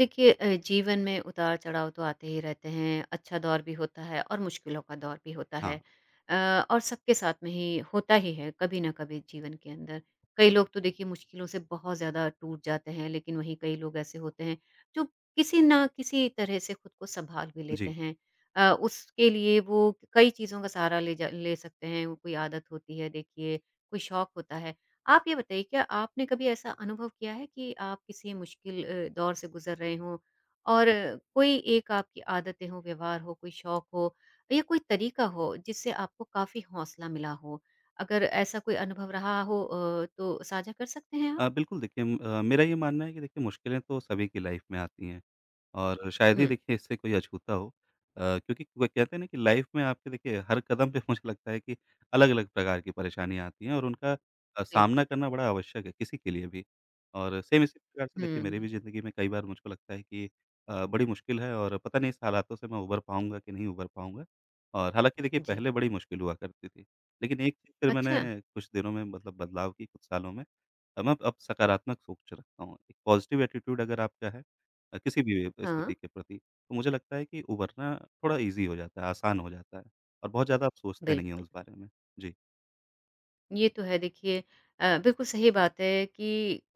देखिए जीवन में उतार-चढ़ाव तो आते ही रहते हैं, अच्छा दौर भी होता है और मुश्किलों का दौर भी होता है। हाँ, अ, और सबके साथ में ही होता ही है कभी ना कभी जीवन के अंदर। कई लोग तो देखिए मुश्किलों से बहुत ज़्यादा टूट जाते हैं, लेकिन वहीं कई लोग ऐसे होते हैं जो किसी ना किसी तरह से खुद को सँभाल भी लेते जी। हैं। उसके लिए वो कई चीज़ों का सहारा ले सकते हैं, वो कोई आदत होती है देखिए, कोई शौक होता है। आप ये बताइए क्या आपने कभी ऐसा अनुभव किया है कि आप किसी मुश्किल दौर से गुज़र रहे हों और कोई एक आपकी आदतें हों, व्यवहार हो, कोई शौक हो या कोई तरीका हो जिससे आपको काफ़ी हौसला मिला हो? अगर ऐसा कोई अनुभव रहा हो तो साझा कर सकते हैं आप? बिल्कुल देखिए, मेरा ये मानना है कि देखिए मुश्किलें तो सभी की लाइफ़ में आती हैं। और शायद ही हुँ, देखिए इससे कोई अछूता हो, क्योंकि वो कहते हैं ना कि लाइफ में आपके देखिए हर कदम पे मुझे लगता है कि अलग-अलग प्रकार की परेशानियाँ आती हैं और उनका सामना बिल्कुल। करना बड़ा आवश्यक है किसी के लिए भी। और सेम इसी प्रकार से देखिए मेरी भी हुँ, ज़िंदगी में कई बार मुझको लगता है कि बड़ी मुश्किल है और पता नहीं इस हालातों से मैं उभर पाऊँगा कि नहीं उभर पाऊँगा। और हालाँकि देखिए जी। पहले बड़ी मुश्किल हुआ करती थी। लेकिन एक चीज़ फिर मैंने अच्छा, कुछ दिनों में मतलब बदलाव की कुछ सालों में, अब मैं अब सकारात्मक सोच रखता हूँ। एक पॉज़िटिव एटीट्यूड अगर आपका है किसी भी हाँ, स्थिति के प्रति, तो मुझे लगता है कि उभरना थोड़ा ईज़ी हो जाता है, आसान हो जाता है और बहुत ज़्यादा आप सोचते नहीं हो बिल्कुल। उस बारे में। जी, ये तो है देखिए बिल्कुल सही बात है कि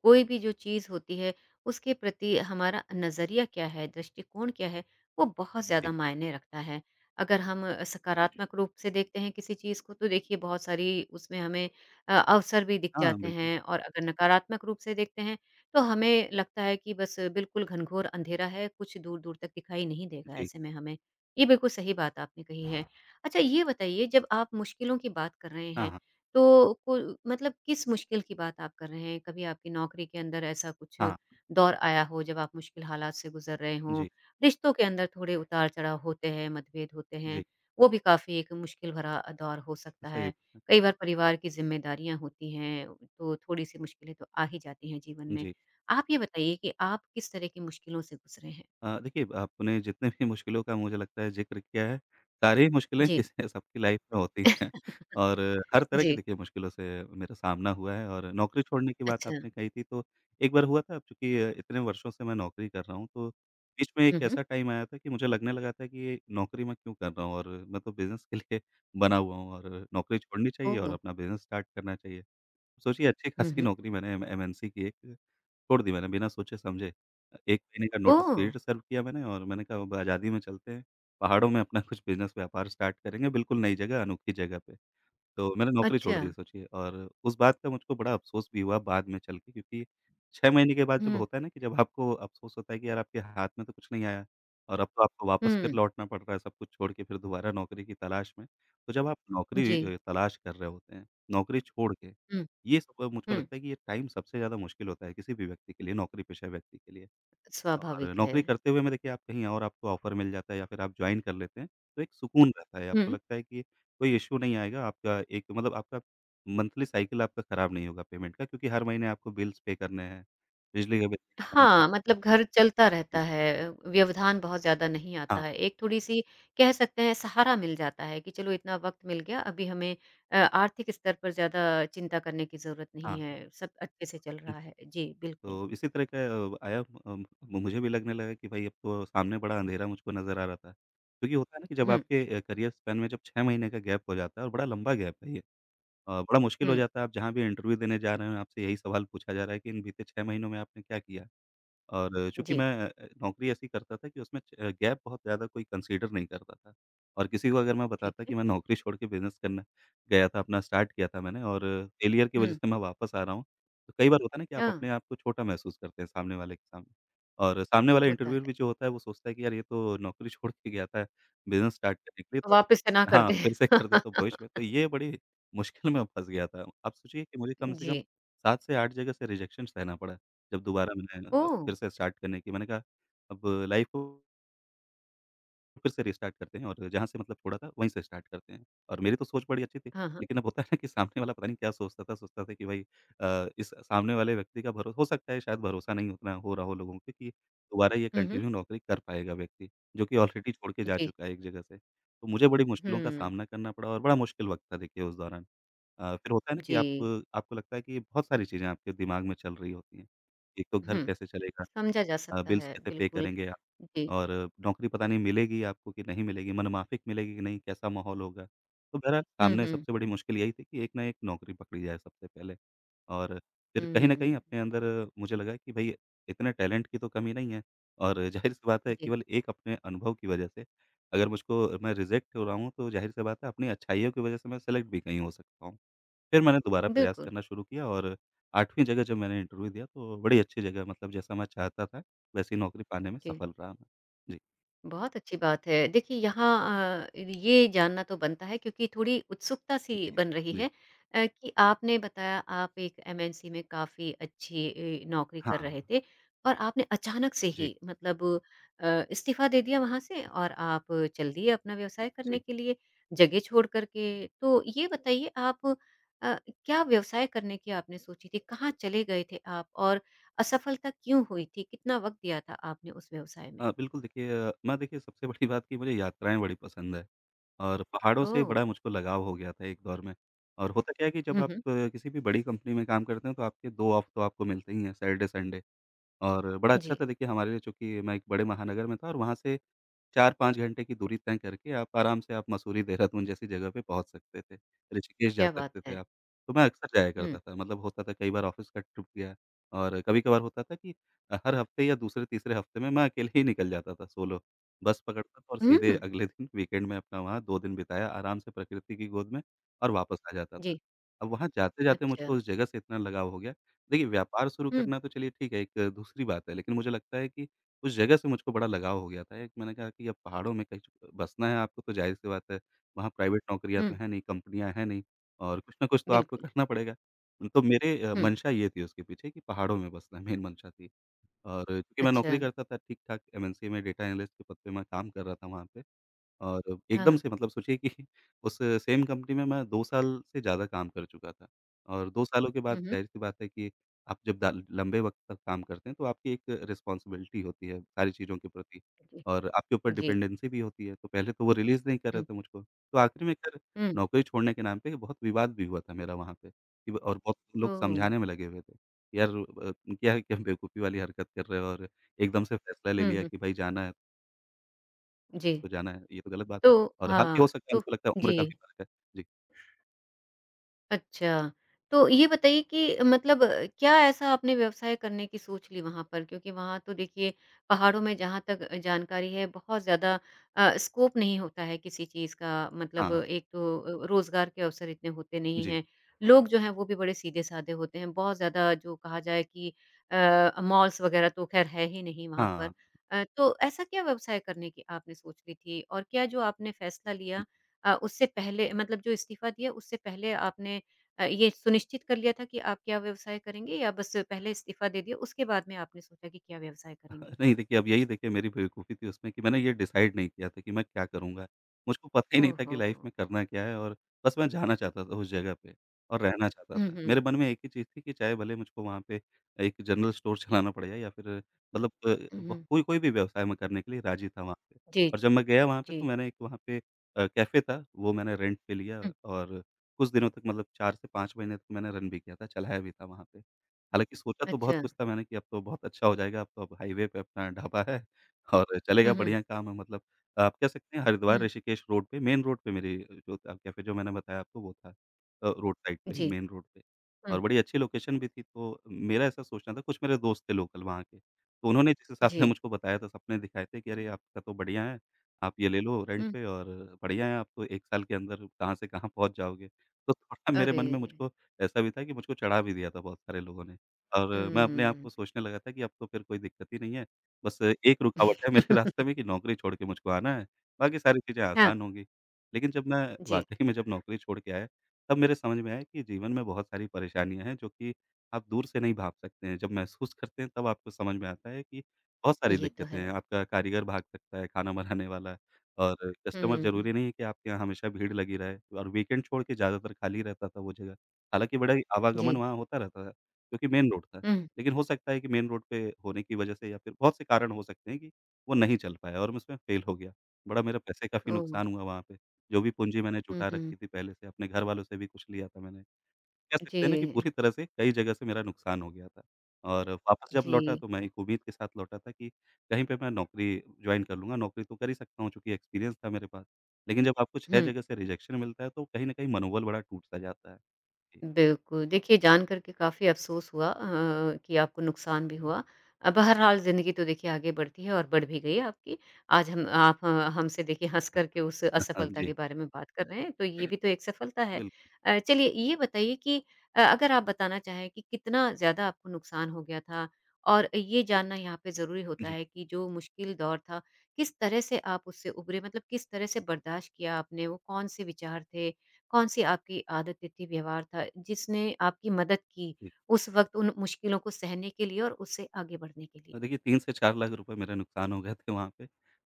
कोई भी जो चीज़ होती है उसके प्रति हमारा नज़रिया क्या है, दृष्टिकोण क्या है, वो बहुत ज़्यादा जी। मायने रखता है। अगर हम सकारात्मक रूप से देखते हैं किसी चीज़ को तो देखिए बहुत सारी उसमें हमें अवसर भी दिख हाँ, जाते बिल्कुल। हैं और अगर नकारात्मक रूप से देखते हैं तो हमें लगता है कि बस बिल्कुल घनघोर अंधेरा है, कुछ दूर-दूर तक दिखाई नहीं देगा जी। ऐसे में हमें। ये बिल्कुल सही बात आपने कही है। अच्छा ये बताइए जब आप मुश्किलों की बात कर रहे हाँ, हैं हाँ। तो को मतलब किस मुश्किल की बात आप कर रहे हैं? कभी आपकी नौकरी के अंदर ऐसा कुछ हाँ। दौर आया हो जब आप मुश्किल हालात से गुज़र रहे हों? जी, रिश्तों के अंदर थोड़े उतार-चढ़ाव होते हैं, मतभेद होते हैं, जी। वो भी काफ़ी एक मुश्किल भरा दौर हो सकता सही। है। कई बार परिवार की ज़िम्मेदारियाँ होती हैं, तो थोड़ी-सी मुश्किलें तो आ ही जाती हैं जीवन में। जी। आप ये बताइए कि आप किस तरह की मुश्किलों से गुज़रे हैं? देखिए आपने जितने भी मुश्किलों का मुझे लगता है ज़िक्र किया है, सारी मुश्किलें जी। किसी सबकी लाइफ़ में होती हैं और हर तरह की जी, देखिए मुश्किलों से मेरा सामना हुआ है, और नौकरी छोड़ने की बात अच्छा। आपने कही थी तो एक बार हुआ था। अब चूँकि इतने वर्षों से मैं नौकरी कर रहा हूँ, तो बीच में हुँ, एक हुँ। ऐसा टाइम आया था कि मुझे लगने लगा था कि ये नौकरी मैं क्यों कर रहा हूँ, और मैं तो बिज़नेस के लिए बना हुआ हूँ, और नौकरी छोड़नी चाहिए और ओह! अपना बिज़नेस स्टार्ट करना चाहिए। सोचिए, अच्छी हुँ, खासी हुँ। नौकरी मैंने एम एमएनसी की एक छोड़ दी मैंने बिना सोचे-समझे। 1 महीने का नोटिस ओह! पीरियड सर्व किया मैंने, और मैंने कहा अब आज़ादी में चलते हैं, पहाड़ों में अपना कुछ बिज़नेस व्यापार स्टार्ट करेंगे, बिल्कुल नई जगह, अनोखी जगह पे। तो मैंने नौकरी अच्छा। छोड़ दी सोचिए, और उस बात का मुझको बड़ा अफ़सोस भी हुआ बाद में चल के, क्योंकि 6 महीने के बाद जब हुँ, होता है ना कि जब आपको अफ़सोस होता है कि यार आपके हाथ में तो कुछ नहीं आया, और अब तो आपको वापस फिर हुँ। लौटना पड़ रहा है सब कुछ छोड़ के फिर दोबारा नौकरी की तलाश में। तो जब आप नौकरी जी। तलाश कर रहे होते हैं, नौकरी छोड़ के, हुँ। ये सब मुझको हुँ। लगता है कि ये टाइम सबसे ज़्यादा मुश्किल होता है किसी भी व्यक्ति के लिए, नौकरी पेशा व्यक्ति के लिए। और स्वाभाविक है। नौकरी करते हुए में देखिए, आप कहीं और आपको ऑफ़र मिल जाता है या फिर आप जॉइन कर लेते हैं, तो एक सुकून रहता है, आपको हुँ। लगता है कि कोई इश्यू नहीं आएगा, आपका एक मतलब आपका मंथली साइकिल आपका खराब नहीं होगा पेमेंट का, क्योंकि हर महीने आपको बिल्स पे करने हैं, बिजली का बिल खाना, मकान हाँ, का मतलब किराया। घर चलता रहता जी, है, व्यवधान बहुत ज़्यादा नहीं आता हाँ, है। एक थोड़ी-सी कह सकते हैं सहारा मिल जाता है कि चलो इतना वक़्त मिल गया, अभी हमें आर्थिक स्तर पर ज़्यादा चिंता करने की ज़रूरत हाँ, नहीं हाँ। है, सब अच्छे से चल जी। रहा है। जी, बिल्कुल। तो इसी तरह का आया, अम, मुझे भी लगने लगा कि भाई अब तो सामने बड़ा अंधेरा मुझको नज़र आ रहा था, क्योंकि होता है ना कि जब हुँ, आपके करियर स्पैन में जब 6 महीने का गैप हो जाता है, और बड़ा लंबा गैप है ये। बड़ा मुश्किल हो हुँ। जाता है, आप जहाँ भी इंटरव्यू देने जा रहे हो, आपसे यही सवाल पूछा जा रहा है कि इन बीते 6 महीनों में आपने क्या किया? और चूँकि जी, मैं नौकरी ऐसी करता था कि उसमें गैप बहुत ज़्यादा कोई कंसीडर नहीं करता था, और किसी को अगर मैं ठीक बताता है। कि मैं नौकरी छोड़ के बिज़नेस करने गया था, अपना स्टार्ट किया था मैंने और फेलियर की वजह हुँ, से मैं वापस आ रहा हूँ, तो कई बार होता है ना कि आप हाँ, अपने आप को छोटा महसूस करते हैं सामने वाले के सामने। और सामने वाला होता इंटरव्यूअर है। भी जो होता है, वो सोचता है कि यार ये तो नौकरी छोड़ के गया था बिज़नेस स्टार्ट करने के लिए, तो वापस से ना कर हाँ, दें। फिर से कर दे तो भविष्य में, तो ये बड़ी मुश्किल में फँस गया था। आप सोचिए कि मुझे कम से कम जी। 7 से 8 जगह से रिजेक्शन सहना पड़ा। जब दोबारा मैंने ओह! फिर से स्टार्ट करने की मैंने कहा, अब लाइफ़ को फिर से रीस्टार्ट करते हैं और जहाँ से मतलब छोड़ा था वहीं से स्टार्ट करते हैं। और मेरी तो सोच बड़ी अच्छी थी, हाँ, हाँ। लेकिन अब होता है ना कि सामने वाला पता नहीं क्या सोचता था कि भाई इस सामने वाले व्यक्ति का भरो हो सकता है शायद भरोसा नहीं उतना हो रहा हो लोगों पे कि दोबारा ये हुँ, हुँ। कंटिन्यू नौकरी कर पाएगा व्यक्ति, जो कि ऑलरेडी छोड़ के जा जी। चुका है एक जगह से। तो मुझे बड़ी मुश्किलों का हुँ, सामना करना पड़ा, और बड़ा मुश्किल वक़्त था देखिए उस दौरान। फिर होता है ना कि जी। आप आपको लगता है कि बहुत सारी चीज़ें आपके दिमाग में चल रही होती हैं। एक तो घर हुँ, कैसे चलेगा? समझा जा सकता बिल्स है, कैसे पे बिल्कुल। करेंगे आप, जी। और नौकरी पता नहीं मिलेगी आपको कि नहीं मिलेगी, मनमाफ़िक मिलेगी कि नहीं, कैसा माहौल होगा। तो बहरहाल हुँ, सामने हुँ। सबसे बड़ी मुश्किल यही थी कि एक ना एक नौकरी पकड़ी जाए सबसे पहले, और हुँ, फिर कहीं हुँ, न कहीं हुँ। अपने अंदर मुझे लगा कि भई इतने टैलेंट की तो कमी नहीं है, और ज़ाहिर-सी बात है जी, केवल एक अपने अनुभव की वजह से अगर मुझको मैं रिजेक्ट हो रहा हूँ, तो ज़ाहिर-सी बात है अपनी अच्छाइयों की वजह से मैं सेलेक्ट भी कहीं हो सकता हूँ। फिर मैंने दोबारा प्रयास बिल्कुल। करना शुरू किया, और 8वीं जगह जब मैंने इंटरव्यू दिया, तो बड़ी अच्छी जगह, मतलब जैसा मैं चाहता था, वैसी नौकरी पाने में जी। सफल रहा मैं। जी, बहुत अच्छी बात है। देखिए यहाँ ये जानना तो बनता है क्योंकि थोड़ी उत्सुकता सी जी, बन रही जी। है कि आपने बताया आप एक एमएनसी में काफ़ी अच्छी नौकरी हाँ, कर रहे हाँ। थे और आपने अचानक से ही जी, मतलब इस्तीफ़ा दे दिया वहाँ से और आप चल दिए अपना व्यवसाय करने जी। के लिए, जगह छोड़ कर के। तो ये बताइए आप अ, क्या व्यवसाय करने की आपने सोची थी? कहाँ चले गए थे आप और असफलता क्यों हुई थी? कितना वक़्त दिया था आपने उस व्यवसाय में? बिल्कुल देखिए, मैं देखिए सबसे बड़ी बात कि मुझे यात्राएँ बड़ी पसंद है, और पहाड़ों से ओह! बड़ा मुझको लगाव हो गया था एक दौर में। और होता क्या है कि जब हुँ, आप हुँ। किसी भी बड़ी कंपनी में काम करते हैं, तो आपके 2 ऑफ तो आपको मिलते ही हैं, सैटरडे, संडे, और बड़ा जी, अच्छा था देखिए हमारे लिए, चूँकि मैं एक बड़े महानगर में था और वहाँ से 4-5 घंटे की दूरी तय करके आप आराम से आप मसूरी, देहरादून जैसी जगह पे पहुँच सकते थे। ऋषिकेश जा क्या बात सकते थे है। आप। तो मैं अक्सर जाया हुँ, करता था, मतलब होता था कई बार ऑफ़िस का ट्रिप गया, और कभी-कभार होता था कि हर हफ़्ते या दूसरे-तीसरे हफ़्ते में मैं अकेले ही निकल जाता था सोलो। बस पकड़ता था और सीधे हुँ, अगले दिन वीकेंड में अपना वहाँ 2 दिन बिताया आराम से प्रकृति की गोद में, और वापस आ जाता था। जी, अब वहाँ जाते-जाते अच्छा। मुझको उस जगह से इतना लगाव हो गया। देखिए, व्यापार शुरू हुँ, करना तो चलिए ठीक है, एक दूसरी बात है, लेकिन मुझे लगता है कि उस जगह से मुझको बड़ा लगाव हो गया था। एक मैंने कहा कि अब पहाड़ों में कहीं बसना है आपको तो ज़ाहिर-सी बात है, वहाँ प्राइवेट नौकरियाँ तो हुँ, हैं नहीं, कंपनियाँ हैं नहीं, और कुछ ना कुछ तो आपको बिल्कुल। करना पड़ेगा। तो मेरे हुँ, मंशा ये थी उसके पीछे कि पहाड़ों में बसना मेन मंशा थी। और चूँकि मैं अच्छा, नौकरी करता था ठीक-ठाक एमएनसी में डेटा एनालिस्ट के पद पे मैं काम कर रहा था वहाँ पे, और एकदम हाँ। से मतलब सोचिए कि उस सेम कंपनी में मैं 2 साल से ज़्यादा काम कर चुका था, और 2 सालों के हुँ, बाद हुँ, ज़ाहिर-सी बात है कि आप जब दा लंबे वक़्त तक काम करते हैं, तो आपकी एक रिस्पॉन्सिबिलिटी होती है सारी चीज़ों के प्रति, जी, और आपके ऊपर जी, डिपेंडेंसी भी होती है, तो पहले तो वो रिलीज़ नहीं कर रहे हुँ, थे मुझको। तो आखिर में खैर हुँ, नौकरी छोड़ने के नाम पे बहुत विवाद भी हुआ था मेरा वहाँ पे कि ब और बहुत लोग ओह! समझाने में लगे हुए थे। यार क्या क्या बेवकूफ़ी वाली हरकत कर रहे हो, और एकदम से फैसला ले हुँ, लिया हुँ, कि भई जाना है, जी। तो जाना है, ये तो गलत बात तो है। और हालाँकि हाँ, हो सकता है तो उनको लगता है उम्र जी। का भी फ़र्क है। जी। अच्छा, तो ये बताइए कि मतलब क्या ऐसा आपने व्यवसाय करने की सोच ली वहाँ पर? क्योंकि वहाँ तो देखिए पहाड़ों में जहाँ तक जानकारी है बहुत ज़्यादा स्कोप नहीं होता है किसी चीज़ का मतलब हाँ। एक तो रोज़गार के अवसर इतने होते नहीं जी। हैं। लोग जो हैं वो भी बड़े सीधे-साधे होते हैं, बहुत ज़्यादा जो कहा जाए कि मॉल्स वग़ैरह तो ख़ैर है ही नहीं वहाँ पर। हाँ। तो ऐसा क्या व्यवसाय करने की आपने सोच ली थी? और क्या जो आपने फ़ैसला लिया उससे पहले मतलब जो इस्तीफ़ा दिया उससे पहले आपने ये सुनिश्चित कर लिया था कि आप क्या व्यवसाय करेंगे या बस पहले इस्तीफ़ा दे दिया, उसके बाद में आपने सोचा कि क्या व्यवसाय करेंगे? नहीं देखिए, अब यही देखिए मेरी बेवकूफ़ी थी उसमें कि मैंने ये डिसाइड नहीं किया था कि मैं क्या करूँगा। मुझको पता ही नहीं था कि ओहो! लाइफ़ में करना क्या है, और बस मैं जाना चाहता था उस जगह पे और रहना चाहता हुँ, था। मेरे हुँ। मन में एक ही चीज़ थी कि चाहे भले मुझको वहाँ पे एक जनरल स्टोर चलाना पड़ जाए, या फिर मतलब हुँ, ब हुँ। कोई कोई भी व्यवसाय मैं करने के लिए राज़ी था वहाँ पे। जी, और जब जी। मैं गया वहाँ पे जी। तो मैंने एक वहाँ पे कैफ़े था, वो मैंने रेंट पे लिया, हुँ, और कुछ दिनों तक मतलब 4 से 5 महीने तक मैंने रन भी किया था, चलाया भी था वहाँ पे। हालाँकि सोचा तो बहुत अच्छा। कुछ था मैंने कि अब तो बहुत अच्छा हो जाएगा, अब तो अब हाईवे पे अपना ढाबा है और हुँ, चलेगा, हुँ। बढ़िया काम है मतलब। आप कह सकते हैं हरिद्वार हुँ। ऋषिकेश रोड पे, मेन रोड पे मेरी जो कैफ़े जो मैंने बताया आपको वो था। रोड साइड पे ही जी। मेन रोड पे, हुँ, और बड़ी अच्छी लोकेशन भी थी। तो मेरा ऐसा सोचना था, कुछ मेरे दोस्त थे लोकल वहाँ के, तो उन्होंने जिस हिसाब जी। से मुझको बताया था, सपने दिखाए थे कि अरे आपका तो बढ़िया है, आप ये ले लो रेंट हुँ। पे, और बढ़िया है, आप तो 1 साल के अंदर कहाँ से कहाँ पहुँच जाओगे। तो थोड़ा मेरे अरे! मन में मुझको ऐसा भी था कि मुझको चढ़ा भी दिया था बहुत सारे लोगों ने। और मैं अपने आप हुँ। को सोचने लगा था कि अब तो फिर कोई दिक्कत ही नहीं है, बस एक रुकावट है मेरे रास्ते में कि नौकरी छोड़ के मुझको आना है, बाकी सारी चीज़ें हाँ, आसान होंगी। लेकिन जब मैं जी। वाक़ई में जब नौकरी छोड़ के आया, तब मेरे समझ में आया कि जीवन में बहुत सारी परेशानियाँ हैं, जो कि आप दूर से नहीं भाग सकते हैं। जब महसूस करते हैं, तब आपको समझ में आता है कि बहुत सारी ये तो दिक्कतें है। हैं। आपका कारीगर भाग सकता है, खाना बनाने वाला, और कस्टमर हुँ, ज़रूरी नहीं है कि आपके यहाँ हमेशा भीड़ लगी रहे, और वीकेंड छोड़ के ज़्यादातर खाली रहता था वो जगह, हालाँकि बड़ा ही जी। आवागमन वहाँ होता रहता था। क्योंकि मेन रोड था। हुँ। लेकिन हो सकता है कि मेन रोड पे होने की वजह से, या फिर बहुत से कारण हो सकते हैं, कि वो नहीं चल पाया, और मैं उसमें फ़ेल हो गया। बड़ा मेरा पैसे का भी ओह! नुकसान हुआ वहाँ पे। जो भी पूँजी मैंने हुँ, जुटा हुँ। रखी थी पहले से, अपने घरवालों से भी कुछ लिया था मैंने। कह जी। सकते हैं ना, कि पूरी तरह से कई जगह से मेरा नुकसान हो गया था। और वापस जब लौटा, जी। तो मैं एक उम्मीद के साथ लौटा था कि कहीं पे मैं नौकरी जॉइन कर लूँगा, नौकरी तो कर ही सकता हूँ, चूँकि एक्सपीरियंस था मेरे पास। लेकिन जब आपको 6 हुँ। जगह से रिजेक्शन मिलता है, तो कहीं न कहीं मनोबल बड़ा टूट-सा जाता है। जी। बिल्कुल, देखिए जान कर के काफ़ी अफ़सोस हुआ कि आपको नुकसान भी हुआ। बहरहाल ज़िंदगी तो देखिए आगे बढ़ती है और बढ़ भी गई है आपकी। आज हमसे देखिए हँस कर के उस हाँ असफलता जी, के बारे में बात कर रहे हैं, तो ये भी तो एक सफलता है। बिल्कुल। चलिए ये बताइए कि अगर आप बताना चाहें कि कितना ज़्यादा आपको नुकसान हो गया था? और ये जानना यहाँ पे ज़रूरी होता जी, है कि जो मुश्किल दौर था, किस तरह से आप उससे उभरे? मतलब किस तरह से बर्दाश्त किया आपने? वो कौन से विचार थे? कौन-सी आपकी आदत, तिथि, व्यवहार था जिसने आपकी मदद की जी। उस वक़्त उन मुश्किलों को सहने के लिए और उससे आगे बढ़ने के लिए? देखिए, 3 से 4 लाख रुपए मेरा नुकसान हो गए थे वहाँ पे।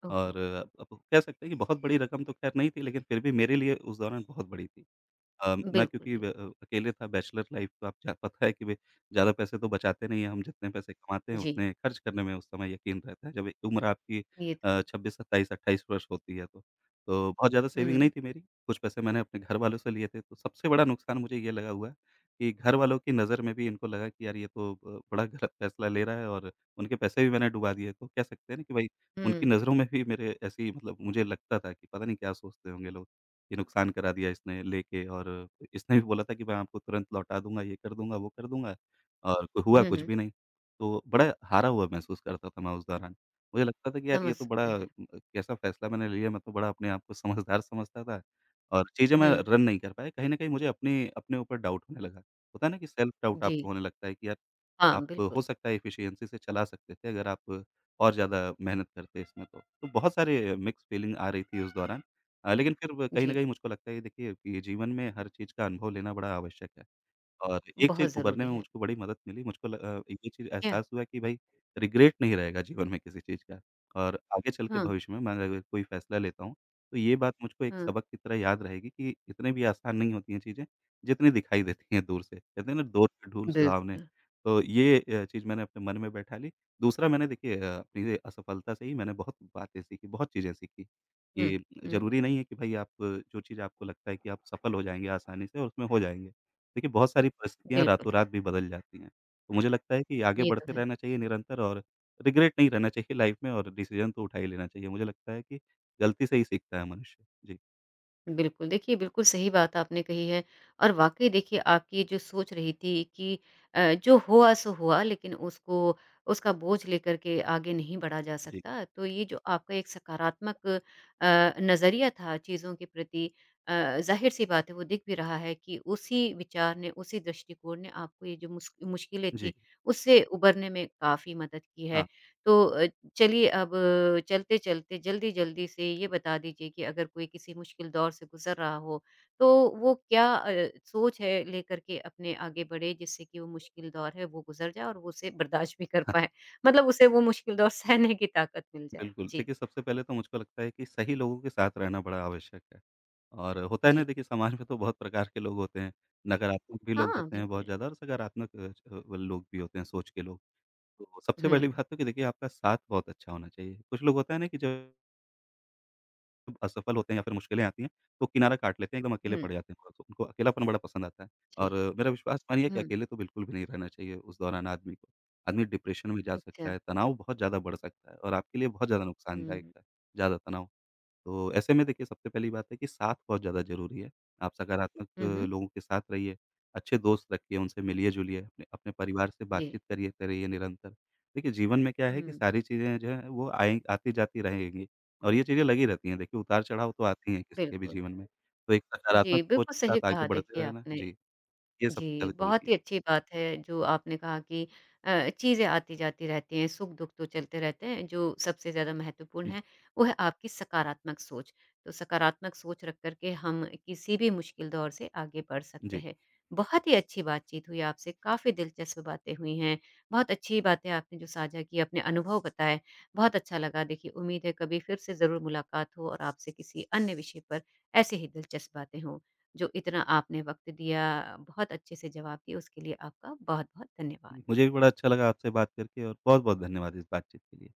ओहो! और अब कह सकते हैं कि बहुत बड़ी रकम तो ख़ैर नहीं थी, लेकिन फिर भी मेरे लिए उस दौरान बहुत बड़ी थी। मैं बिल्कुल, क्योंकि बिल्कुल। अकेले था, बैचलर लाइफ़, तो आप जा पता है कि भई ज़्यादा पैसे तो बचाते नहीं हैं, हम जितने पैसे कमाते हैं जी, उतने खर्च करने में उस समय यकीन रहता है। जब एक उम्र आपकी ये तो है। 26, 27, 28 वर्ष होती है तो। तो बहुत ज़्यादा सेविंग हुँ, नहीं थी मेरी, कुछ पैसे मैंने अपने घरवालों से लिए थे, तो सबसे बड़ा नुकसान मुझे ये लगा हुआ है कि घरवालों की नज़र में भी इनको लगा कि यार ये तो ब बड़ा गलत फैसला ले रहा है, और उनके पैसे भी मैंने डुबा दिए। तो कह सकते हैं ना, कि भई उनकी हुँ। नज़रों में भी मेरे ऐसी मतलब मुझे लगता था कि पता नहीं क्या सोचते होंगे लोग। ये नुकसान करा दिया इसने लेके, और इसने भी बोला था कि मैं आपको तुरंत लौटा दूँगा, ये कर दूँगा, वो कर दूँगा, और कोई हुआ हुँ, कुछ हुँ। भी नहीं। तो बड़ा हारा हुआ महसूस करता था मैं उस दौरान। मुझे लगता था कि यार समझ ये तो बड़ा सकते हैं। कैसा फ़ैसला मैंने लिया। मैं तो बड़ा अपने आप को समझदार समझता था, और चीज़ें मैं हुँ, रन नहीं कर पाया। कहीं न कहीं मुझे अपने अपने ऊपर डाउट होने लगा। होता है ना, कि सेल्फ डाउट जी। आपको होने लगता है कि यार, हाँ, आप बिल्कुल। हो सकता है एफिशिएंसी से चला सकते थे, अगर आप और ज़्यादा मेहनत करते इसमें तो। तो बहुत सारे मिक्स्ड फीलिंग आ रही थी उस दौरान। लेकिन फिर ब कहीं न जी, कहीं मुझको लगता है देखिए, कि जीवन में हर चीज़ का अनुभव लेना बड़ा आवश्यक है। और एक चीज़ बहुत उभरने ज़रूरी में है। मुझको बड़ी मदद मिली, मुझको ये चीज़ क्या एहसास हुआ कि भई रिग्रेट नहीं रहेगा जीवन में किसी चीज़ का, और आगे चल के हाँ, भविष्य में मैं अगर कोई फैसला लेता हूँ, तो ये बात मुझको एक हाँ। सबक की तरह याद रहेगी, कि इतनी भी आसान नहीं होती हैं चीज़ें, जितनी दिखाई देती हैं दूर से। कहते हैं ना, दूर से धूल सुहावने। बिल्कुल। तो ये चीज़ मैंने अपने मन में बैठा ली। दूसरा, मैंने देखिए अपनी ये असफलता से ही मैंने बहुत बातें सीखी, बहुत चीज़ें सीखी, हुँ, कि हुँ। ज़रूरी नहीं है कि भई आप जो चीज़ आपको लगता है कि आप सफल हो जाएँगे आसानी से, और उसमें हो जाएँगे। देखिए, बहुत सारी परिस्थितियाँ बिल्कुल, रातों-रात भी बदल जाती हैं। तो मुझे लगता है कि आगे ये तो बढ़ते है। रहना चाहिए निरंतर, और रिग्रेट नहीं रहना चाहिए लाइफ़ में, और डिसीज़न तो उठा ही लेना चाहिए। मुझे लगता है कि गलती से ही सीखता है मनुष्य। जी, बिल्कुल, देखिए बिल्कुल सही बात आपने कही है और वाक़ई देखिए आपकी ये जो सोच रही थी कि जो हुआ सो हुआ लेकिन उसको उसका बोझ लेकर के आगे नहीं बढ़ा जा जी, सकता, तो ये जो आपका एक सकारात्मक नज़रिया था चीज़ों के प्रति अ, ज़ाहिर-सी बात है वो दिख भी रहा है कि उसी विचार ने, उसी दृष्टिकोण ने आपको ये जो मुश्किलें जी। थी उससे उबरने में काफ़ी मदद की है। हाँ, तो चलिए अब चलते-चलते जल्दी-जल्दी से ये बता दीजिए कि अगर कोई किसी मुश्किल दौर से गुज़र रहा हो, तो वो क्या सोच है लेकर के अपने आगे बढ़े जिससे कि वो मुश्किल दौर है वो गुज़र जाए और वो उसे बर्दाश्त भी कर पाए? मतलब उसे वो मुश्किल दौर सहने की ताकत मिल जाए। बिल्कुल। जी, देखिए, सबसे पहले तो मुझको लगता है कि सही लोगों के साथ रहना बड़ा आवश्यक है। और होता है ना, जी। देखिए समाज में तो बहुत प्रकार के लोग होते हैं, नकारात्मक भी लोग हाँ, होते हैं बहुत बिल्कुल। ज़्यादा, और सकारात्मक अ, च लोग भी होते हैं, सोच के लोग। तो सबसे हुँ, पहली बात तो कि देखिए आपका साथ बहुत अच्छा होना चाहिए। कुछ लोग होता है ना, कि जो जब असफल होते हैं या फिर मुश्किलें आती हैं, तो किनारा काट लेते हैं, एकदम अकेले हुँ, पड़ जाते हैं थोड़ा-सा, उनको अकेलापन बड़ा पसंद आता है। और जी। मेरा विश्वास मानिए कि हुँ, अकेले तो बिल्कुल भी नहीं रहना चाहिए उस दौरान आदमी को। आदमी डिप्रेशन में जा सकता अच्छा। है, तनाव बहुत ज़्यादा बढ़ सकता है, और आपके लिए बहुत ज़्यादा नुकसानदायक हुँ, है, ज़्यादा तनाव। तो ऐसे में देखिए सबसे पहली बात है कि साथ बहुत ज़्यादा ज़रूरी है। आप सकारात्मक हुँ, हुँ। लोगों के साथ रहिए, अच्छे दोस्त रखिए, उनसे मिलिए-जुलिए, अपने अपने परिवार से जी, बातचीत करिए करिए निरंतर। देखिए जीवन में क्या है, कि हुँ, सारी चीज़ें जो हैं वो आएँ आती-जाती रहेंगी, और ये चीज़ें लगी रहती हैं। देखिए, उतार-चढ़ाव तो आती हैं किसी के भी बिल्कुल। जीवन में, तो एक सकारात्मक जी, सोच बिल्कुल के सही साथ आगे कहा देखिए बढ़ते रहना। आपने। जी, ये सबसे जी, ज़्यादा ज़रूरी बहुत है। ही अच्छी बात है जो आपने कहा कि चीज़ें आती-जाती रहती हैं, सुख-दुख तो चलते रहते हैं, जो सबसे ज़्यादा महत्वपूर्ण जी, है, वो है आपकी सकारात्मक सोच। तो सकारात्मक सोच रख कर के हम किसी भी मुश्किल दौर से आगे बढ़ सकते जी। हैं। बहुत ही अच्छी बातचीत हुई आपसे, काफ़ी दिलचस्प बातें हुई हैं, बहुत अच्छी बातें आपने जो साझा की, अपने अनुभव बताए, बहुत अच्छा लगा। देखिए, उम्मीद है कभी फिर से ज़रूर मुलाकात हो और आपसे किसी अन्य विषय पर ऐसी ही दिलचस्प बातें हों। जो इतना आपने वक़्त दिया, बहुत अच्छे से जवाब दिए उसके लिए आपका बहुत-बहुत धन्यवाद। मुझे भी बड़ा अच्छा लगा आपसे बात करके, और बहुत-बहुत धन्यवाद इस बातचीत के लिए।